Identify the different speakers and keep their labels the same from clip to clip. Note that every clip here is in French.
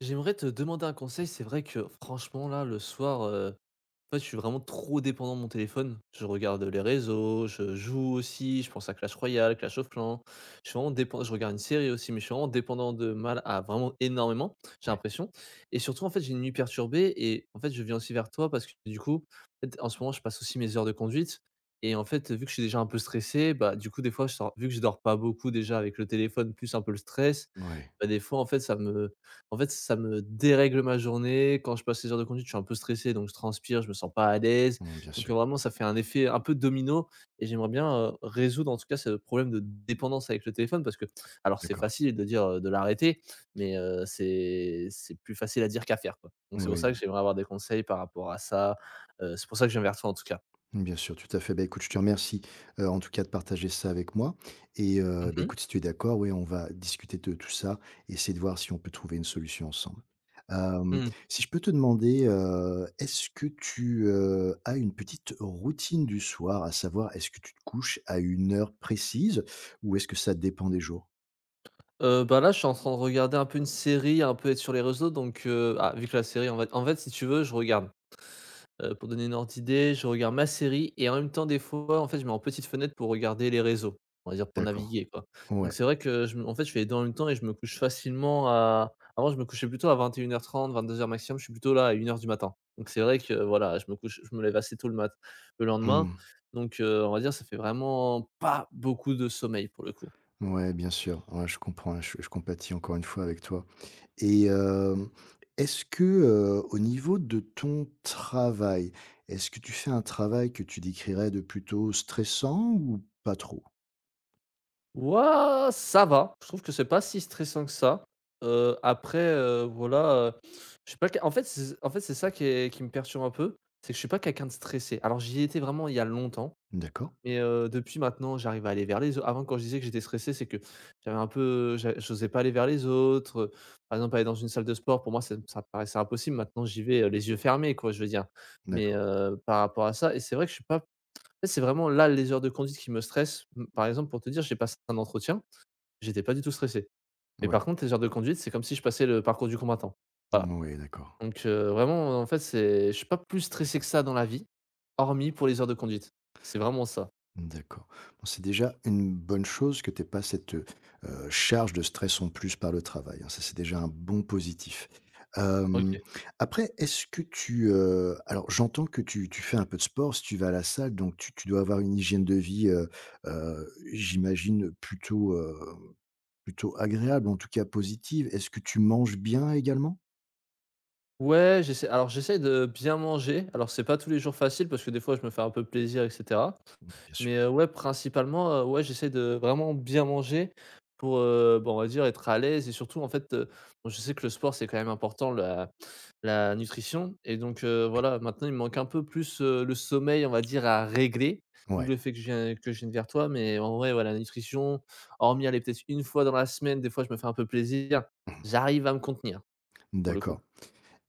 Speaker 1: J'aimerais te demander un conseil. C'est vrai que franchement, là, le soir, en fait, je suis vraiment trop dépendant de mon téléphone. Je regarde les réseaux, je joue aussi, je pense à Clash Royale, Clash of Clans. Je suis vraiment dépendant. Je regarde une série aussi, mais je suis vraiment dépendant de mal à vraiment énormément, j'ai
Speaker 2: Ouais,
Speaker 1: l'impression. Et surtout, en fait, j'ai une nuit perturbée, et en fait, je viens aussi vers toi parce que du coup, en fait, en ce moment, je passe aussi mes heures de conduite. Et en fait, vu que je suis déjà un peu stressé, bah, du coup, des fois, je sors vu que je dors pas beaucoup déjà avec le téléphone plus un peu le stress,
Speaker 2: ouais,
Speaker 1: bah, des fois, en fait, ça me dérègle ma journée. Quand je passe les heures de conduite, je suis un peu stressé, donc je transpire, je me sens pas à l'aise.
Speaker 2: mmh, bien
Speaker 1: Donc,
Speaker 2: sûr,
Speaker 1: vraiment, ça fait un effet un peu domino, et j'aimerais bien, résoudre, en tout cas, ce problème de dépendance avec le téléphone. Parce que alors c'est
Speaker 2: d'accord.
Speaker 1: facile de dire, de l'arrêter, mais, c'est plus facile à dire qu'à faire, quoi. Donc c'est pour ça
Speaker 2: Oui,
Speaker 1: que j'aimerais avoir des conseils par rapport à ça. C'est pour ça que je viens vers toi, en tout cas.
Speaker 2: bien sûr, tout à fait. Bah, écoute, je te remercie, en tout cas de partager ça avec moi et
Speaker 1: Mmh
Speaker 2: bah,
Speaker 1: mh.
Speaker 2: écoute, si tu es d'accord, oui, on va discuter de tout ça, et essayer de voir si on peut trouver une solution ensemble. Hem,
Speaker 1: Mmh.
Speaker 2: si je peux te demander, est-ce que tu, as une petite routine du soir? À savoir, est-ce que tu te couches à une heure précise ou est-ce que ça dépend des jours?
Speaker 1: Bah, là, je suis en train de regarder un peu une série, un peu être sur les réseaux donc, ah, vu que la série, en fait, si tu veux, je regarde heu, pour donner une ordre d'idée, je regarde ma série et en même temps, des fois, en fait, je mets en petite fenêtre pour regarder les réseaux, on va dire pour
Speaker 2: D'accord,
Speaker 1: naviguer, quoi. Donc
Speaker 2: ouais,
Speaker 1: c'est vrai que je me en fait, je fais les 2 en même temps, et je me couche facilement à avant, je me couchais plutôt à vingt-deux et une heures trente, 22h maximum. Je suis plutôt là à 1h du matin. Donc c'est vrai que, voilà, je me lève assez tôt le lendemain.
Speaker 2: mmh,
Speaker 1: Donc on va dire, ça fait vraiment pas beaucoup de sommeil, pour le coup.
Speaker 2: ouais, bien sûr, ouais, je comprends, hein, je compatis encore une fois avec toi. Et est-ce que, au niveau de ton travail, est-ce que tu fais un travail que tu décrirais de plutôt stressant ou pas trop?
Speaker 1: Ouah, ça va. Je trouve que c'est pas si stressant que ça. Après, voilà, heu, je suis pas quel en fait, c'est ça qui me perturbe un peu, c'est que je suis pas quelqu'un de stressé. Alors j'y étais vraiment il y a longtemps,
Speaker 2: D'accord,
Speaker 1: mais depuis maintenant, j'arrive à aller vers les autres. Avant, quand je disais que j'étais stressé, c'est que j'avais un peu j'a j'osais pas aller vers les autres, par exemple, aller dans une salle de sport, pour moi, ça me paraissait impossible. Maintenant, j'y vais, les yeux fermés, quoi, je veux dire, mais
Speaker 2: d'accord.
Speaker 1: par rapport à ça. Et c'est vrai que je suis pas en fait, c'est vraiment là, les heures de conduite qui me stressent. Mmh, par exemple, pour te dire, j'ai passé un entretien. J'étais pas du tout stressé. Mais
Speaker 2: Oui.
Speaker 1: par contre, les heures de conduite, c'est comme si je passais le parcours du combattant. Voilà.
Speaker 2: Oui, d'accord.
Speaker 1: Donc, vraiment, en fait, c'est je suis pas plus stressé que ça dans la vie, hormis pour les heures de conduite. C'est vraiment ça.
Speaker 2: D'accord. Bon, c'est déjà une bonne chose que tu aies pas cette, charge de stress en plus par le travail, hein. Ça, c'est déjà un bon positif.
Speaker 1: OK.
Speaker 2: Hem, après, est-ce que tu, alors j'entends que tu fais un peu de sport, si tu vas à la salle, donc tu dois avoir une hygiène de vie, j'imagine plutôt, plutôt agréable, en tout cas positive. Est-ce que tu manges bien également?
Speaker 1: Ouais, j'essaie de bien manger. Alors c'est pas tous les jours facile parce que des fois je me fais un peu plaisir, et cetera.
Speaker 2: Bien
Speaker 1: Mais,
Speaker 2: sûr,
Speaker 1: ouais, principalement, ouais, j'essaie de vraiment bien manger pour, bah, on va dire être à l'aise. Et surtout en fait, bon, je sais que le sport, c'est quand même important, la nutrition. Et donc,
Speaker 2: oui.
Speaker 1: voilà, maintenant il me manque un peu plus, le sommeil on va dire à régler. D'où
Speaker 2: Ouais.
Speaker 1: le fait que je viens que je vienne vers toi. Mais en vrai, voilà, la nutrition, hormis aller peut-être une fois dans la semaine, des fois je me fais un peu plaisir,
Speaker 2: Mmh.
Speaker 1: j'arrive à me contenir pour le coup.
Speaker 2: D'accord.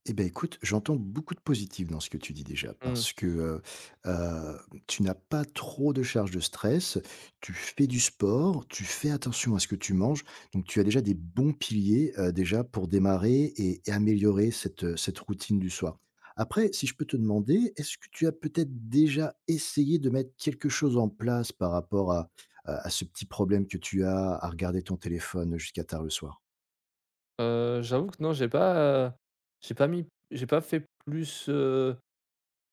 Speaker 2: Eh beh, écoute, j'entends beaucoup de positif dans ce que tu dis déjà
Speaker 1: Mmh.
Speaker 2: parce que, heu, tu n'as pas trop de charge de stress, tu fais du sport, tu fais attention à ce que tu manges, donc tu as déjà des bons piliers, déjà pour démarrer et améliorer cette, cette routine du soir. Après, si je peux te demander, est-ce que tu as peut-être déjà essayé de mettre quelque chose en place par rapport à ce petit problème que tu as à regarder ton téléphone jusqu'à tard le soir?
Speaker 1: J'avoue que non, j'ai pas fait plus,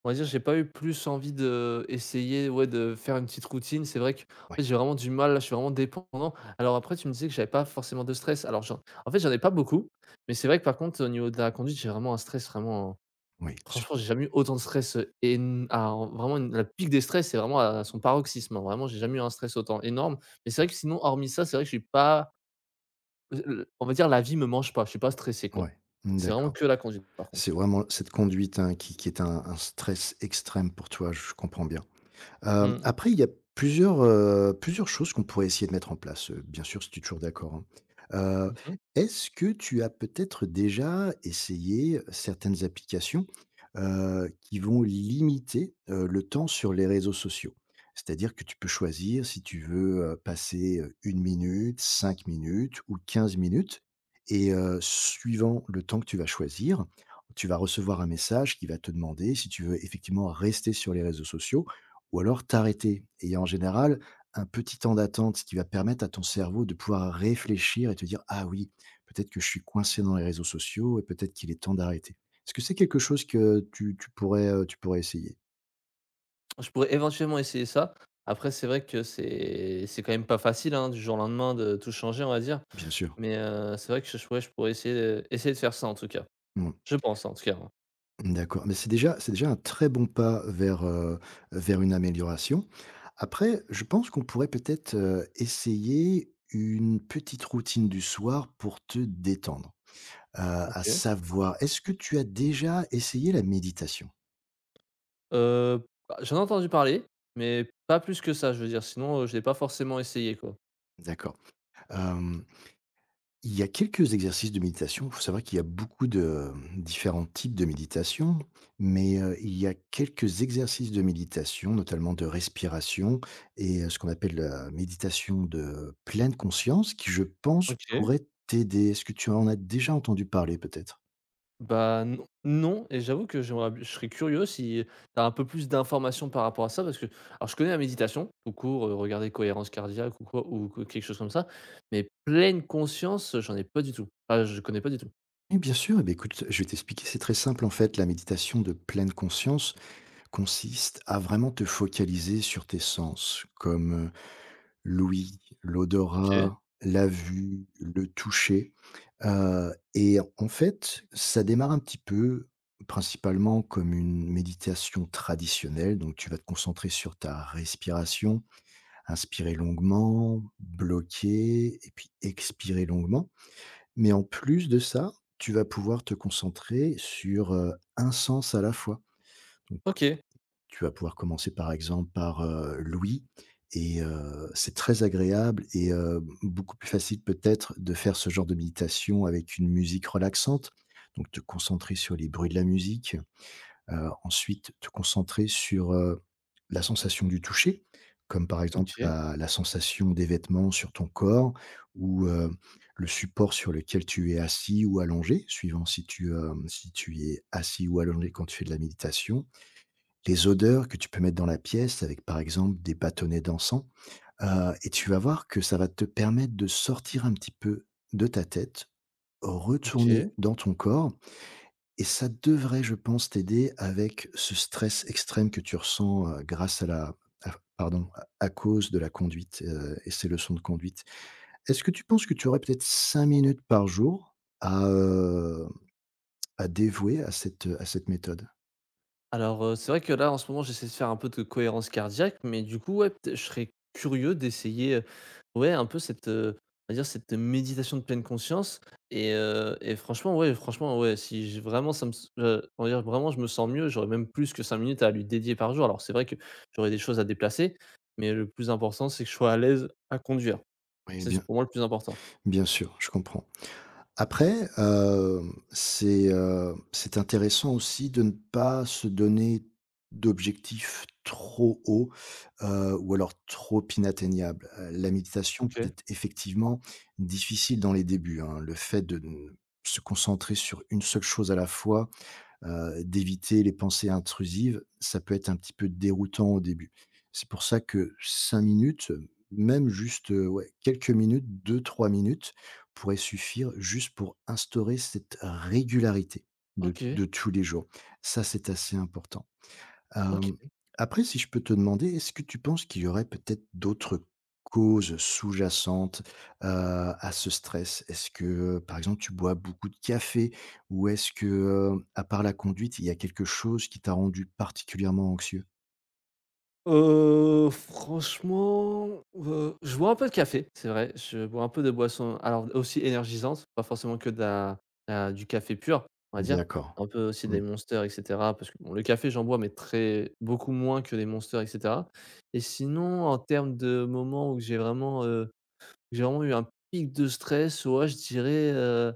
Speaker 1: on va dire, j'ai pas eu plus envie de essayer, ouais, de faire une petite routine. C'est vrai que
Speaker 2: Oui,
Speaker 1: en fait, j'ai vraiment du mal, là, je suis vraiment dépendant. Alors après, tu me disais que j'avais pas forcément de stress. Alors j'en en fait, j'en ai pas beaucoup, mais c'est vrai que par contre, au niveau de la conduite, j'ai vraiment un stress vraiment
Speaker 2: oui, su
Speaker 1: franchement, j'ai jamais eu autant de stress, et vraiment une la pique des stress, c'est vraiment à son paroxysme, hein. Vraiment, j'ai jamais eu un stress autant énorme. Mais c'est vrai que sinon, hormis ça, c'est vrai que j'ai pas Heu, on va dire la vie me mange pas, je suis pas stressé quoi.
Speaker 2: ouais, mmh,
Speaker 1: C'est vraiment
Speaker 2: d'accord.
Speaker 1: que la conduite par
Speaker 2: C'est
Speaker 1: contre.
Speaker 2: vraiment cette conduite, hein, qui est un stress extrême pour toi, je comprends bien. Hem,
Speaker 1: Mmh.
Speaker 2: après, il y a plusieurs choses qu'on pourrait essayer de mettre en place, bien sûr, si tu es toujours d'accord, hein. Heu,
Speaker 1: Mmh mh.
Speaker 2: est-ce que tu as peut-être déjà essayé certaines applications, qui vont limiter, le temps sur les réseaux sociaux? C'est-à-dire que tu peux choisir si tu veux, passer, 1 minute, 5 minutes ou 15 minutes et suivant le temps que tu vas choisir, tu vas recevoir un message qui va te demander si tu veux effectivement rester sur les réseaux sociaux ou alors t'arrêter. Et il y a en général un petit temps d'attente, qui va permettre à ton cerveau de pouvoir réfléchir et te dire: «Ah oui, peut-être que je suis coincé dans les réseaux sociaux et peut-être qu'il est temps d'arrêter». Est-ce que c'est quelque chose que tu pourrais, tu pourrais essayer?
Speaker 1: Je pourrais éventuellement essayer ça. Après, c'est vrai que c'est quand même pas facile, hein, du jour au lendemain de tout changer, on va dire.
Speaker 2: Bien sûr.
Speaker 1: Mais, c'est vrai que je ouais, je pourrais essayer, de faire ça en tout cas.
Speaker 2: Mmh.
Speaker 1: Je pense en tout cas, hein.
Speaker 2: D'accord, mais c'est déjà un très bon pas vers, vers une amélioration. Après, je pense qu'on pourrait peut-être, essayer une petite routine du soir pour te détendre. À
Speaker 1: OK.
Speaker 2: savoir est-ce que tu as déjà essayé la méditation?
Speaker 1: Bah, j'en ai entendu parler, mais pas plus que ça, je veux dire, sinon, je l'ai pas forcément essayé quoi.
Speaker 2: D'accord. Hem, il y a quelques exercices de méditation. Il faut savoir qu'il y a beaucoup de, différents types de méditation, mais, il y a quelques exercices de méditation, notamment de respiration et ce qu'on appelle la méditation de pleine conscience qui, je pense,
Speaker 1: OK.
Speaker 2: pourrait t'aider. Est-ce que tu en as déjà entendu parler peut-être?
Speaker 1: Bah, non non, et j'avoue que j'aimerais b je serais curieux si tu as un peu plus d'informations par rapport à ça. Parce que alors je connais la méditation tout court, regarder cohérence cardiaque ou quoi ou que quelque chose comme ça, mais pleine conscience, j'en ai pas du tout. Ah, je connais pas du tout.
Speaker 2: Oui, bien sûr. Eh beh, écoute, je vais t'expliquer. C'est très simple en fait, la méditation de pleine conscience consiste à vraiment te focaliser sur tes sens, comme, l'ouïe,
Speaker 1: OK,
Speaker 2: l'odorat, la vue, le toucher, et en fait, ça démarre un petit peu principalement comme une méditation traditionnelle, donc tu vas te concentrer sur ta respiration, inspirer longuement, bloquer et puis expirer longuement. Mais en plus de ça, tu vas pouvoir te concentrer sur, 1 sens à la fois.
Speaker 1: OK,
Speaker 2: Tu vas pouvoir commencer par exemple par, Louis et c'est très agréable et beaucoup plus facile peut-être de faire ce genre de méditation avec une musique relaxante. Donc te concentrer sur les bruits de la musique, ensuite te concentrer sur, la sensation du toucher, comme par exemple
Speaker 1: OK,
Speaker 2: la sensation des vêtements sur ton corps ou, le support sur lequel tu es assis ou allongé, suivant si tu, si tu es assis ou allongé quand tu fais de la méditation, les odeurs que tu peux mettre dans la pièce avec, par exemple, des bâtonnets d'encens, et tu vas voir que ça va te permettre de sortir un petit peu de ta tête,
Speaker 1: OK.
Speaker 2: retourner dans ton corps et ça devrait, je pense, t'aider avec ce stress extrême que tu ressens, grâce à la à pardon, à cause de la conduite, et ces leçons de conduite. Est-ce que tu penses que tu aurais peut-être 5 minutes par jour à dévouer à cette méthode?
Speaker 1: Alors, c'est vrai que là, en ce moment, j'essaie de faire un peu de cohérence cardiaque, mais du coup, ouais, peut-ê je serais curieux d'essayer, ouais, un peu cette, on va dire cette méditation de pleine conscience. Et franchement, ouais, franchement, ouais, si j vraiment ça me s on va dire vraiment je me sens mieux, j'aurais même plus que 5 minutes à lui dédier par jour. Alors c'est vrai que j'aurais des choses à déplacer, mais le plus important, c'est que je sois à l'aise à conduire.
Speaker 2: Oui,
Speaker 1: C'est
Speaker 2: bien
Speaker 1: pour moi le plus important.
Speaker 2: bien sûr, je comprends. Après, c'est intéressant aussi de ne pas se donner d'objectifs trop hauts, ou alors trop inatteignables. La méditation peut
Speaker 1: OK.
Speaker 2: être effectivement difficile dans les débuts, hein. Le fait de ne se concentrer sur une seule chose à la fois, d'éviter les pensées intrusives, ça peut être un petit peu déroutant au début. C'est pour ça que 5 minutes, même juste, ouais, quelques minutes, deux, 3 minutes pourraient suffire juste pour instaurer cette régularité de
Speaker 1: OK,
Speaker 2: de tous les jours. Ça, c'est assez important. Hem,
Speaker 1: OK.
Speaker 2: après, si je peux te demander, est-ce que tu penses qu'il y aurait peut-être d'autres causes sous-jacentes, heu, à ce stress? Est-ce que, par exemple, tu bois beaucoup de café? Ou est-ce que, à part la conduite, il y a quelque chose qui t'a rendu particulièrement anxieux?
Speaker 1: Franchement, je bois un peu de café, c'est vrai. Je bois un peu de boisson alors aussi énergisante, pas forcément que de la du café pur, on va dire.
Speaker 2: D'accord.
Speaker 1: Un peu aussi des
Speaker 2: Mmh.
Speaker 1: monsters, et cetera, parce que bon, le café, j'en bois mais très beaucoup moins que les monsters, et cetera. Et sinon, en termes de moments où j'ai vraiment eu un pic de stress, ouais, je dirais,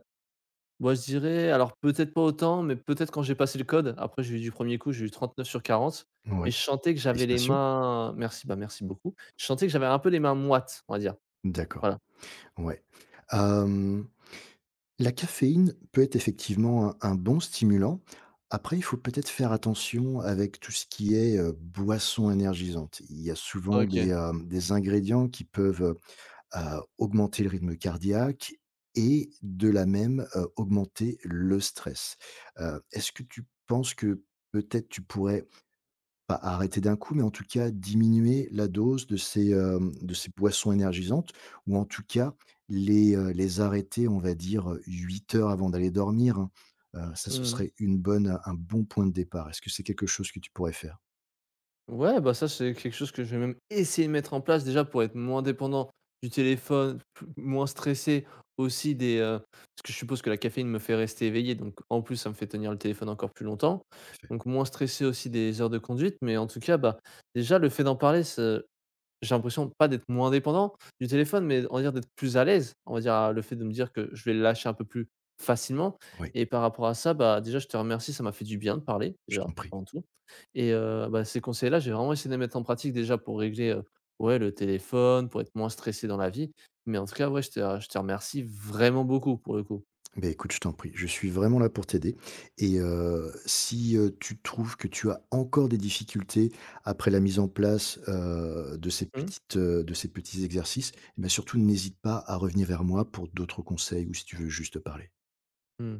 Speaker 1: moi, je dirais alors peut-être pas autant, mais peut-être quand j'ai passé le code. Après, j'ai eu du premier coup, j'ai eu 39 sur 40, mais
Speaker 2: Ouais,
Speaker 1: je sentais que j'avais les
Speaker 2: félicitations.
Speaker 1: mains merci, bah, merci beaucoup. Je sentais que j'avais un peu les mains moites, on va dire.
Speaker 2: D'accord,
Speaker 1: Voilà.
Speaker 2: ouais. Hem, La caféine peut être effectivement un bon stimulant. Après, il faut peut-être faire attention avec tout ce qui est boisson énergisante. Il y a souvent
Speaker 1: OK.
Speaker 2: des ingrédients qui peuvent augmenter le rythme cardiaque et de la même augmenter le stress. Est-ce que tu penses que peut-être tu pourrais pas arrêter d'un coup, mais en tout cas diminuer la dose de ces boissons énergisantes ou en tout cas les arrêter, on va dire, 8 heures avant d'aller dormir, hein. Ça, ce
Speaker 1: Mmh.
Speaker 2: serait une bonne un bon point de départ. Est-ce que c'est quelque chose que tu pourrais faire?
Speaker 1: Ouais, bah, ça, c'est quelque chose que je vais même essayer de mettre en place déjà pour être moins dépendant du téléphone, plus moins stressé aussi parce que je suppose que la caféine me fait rester éveillé, donc en plus, ça me fait tenir le téléphone encore plus longtemps,
Speaker 2: Tout à fait?
Speaker 1: donc moins stressé aussi des heures de conduite. Mais en tout cas, bah, déjà le fait d'en parler, ce. J'ai l'impression pas d'être moins dépendant du téléphone, mais on va dire d'être plus à l'aise. On va dire, à le fait de me dire que je vais le lâcher un peu plus facilement.
Speaker 2: Oui,
Speaker 1: Et par rapport à ça, bah, déjà, je te remercie, ça m'a fait du bien de parler,
Speaker 2: je
Speaker 1: déjà,
Speaker 2: t'en prie.
Speaker 1: avant tout. Et bah, ces conseils-là, j'ai vraiment essayé de les mettre en pratique déjà pour régler, ouais, le téléphone, pour être moins stressé dans la vie, mais en tout cas, ouais, je te remercie vraiment beaucoup pour le coup.
Speaker 2: Ben écoute, je t'en prie, je suis vraiment là pour t'aider et si, tu trouves que tu as encore des difficultés après la mise en place,
Speaker 1: Mmh mh.
Speaker 2: de ces petits exercices, et bah, surtout n'hésite pas à revenir vers moi pour d'autres conseils ou si tu veux juste parler.
Speaker 1: Mmh.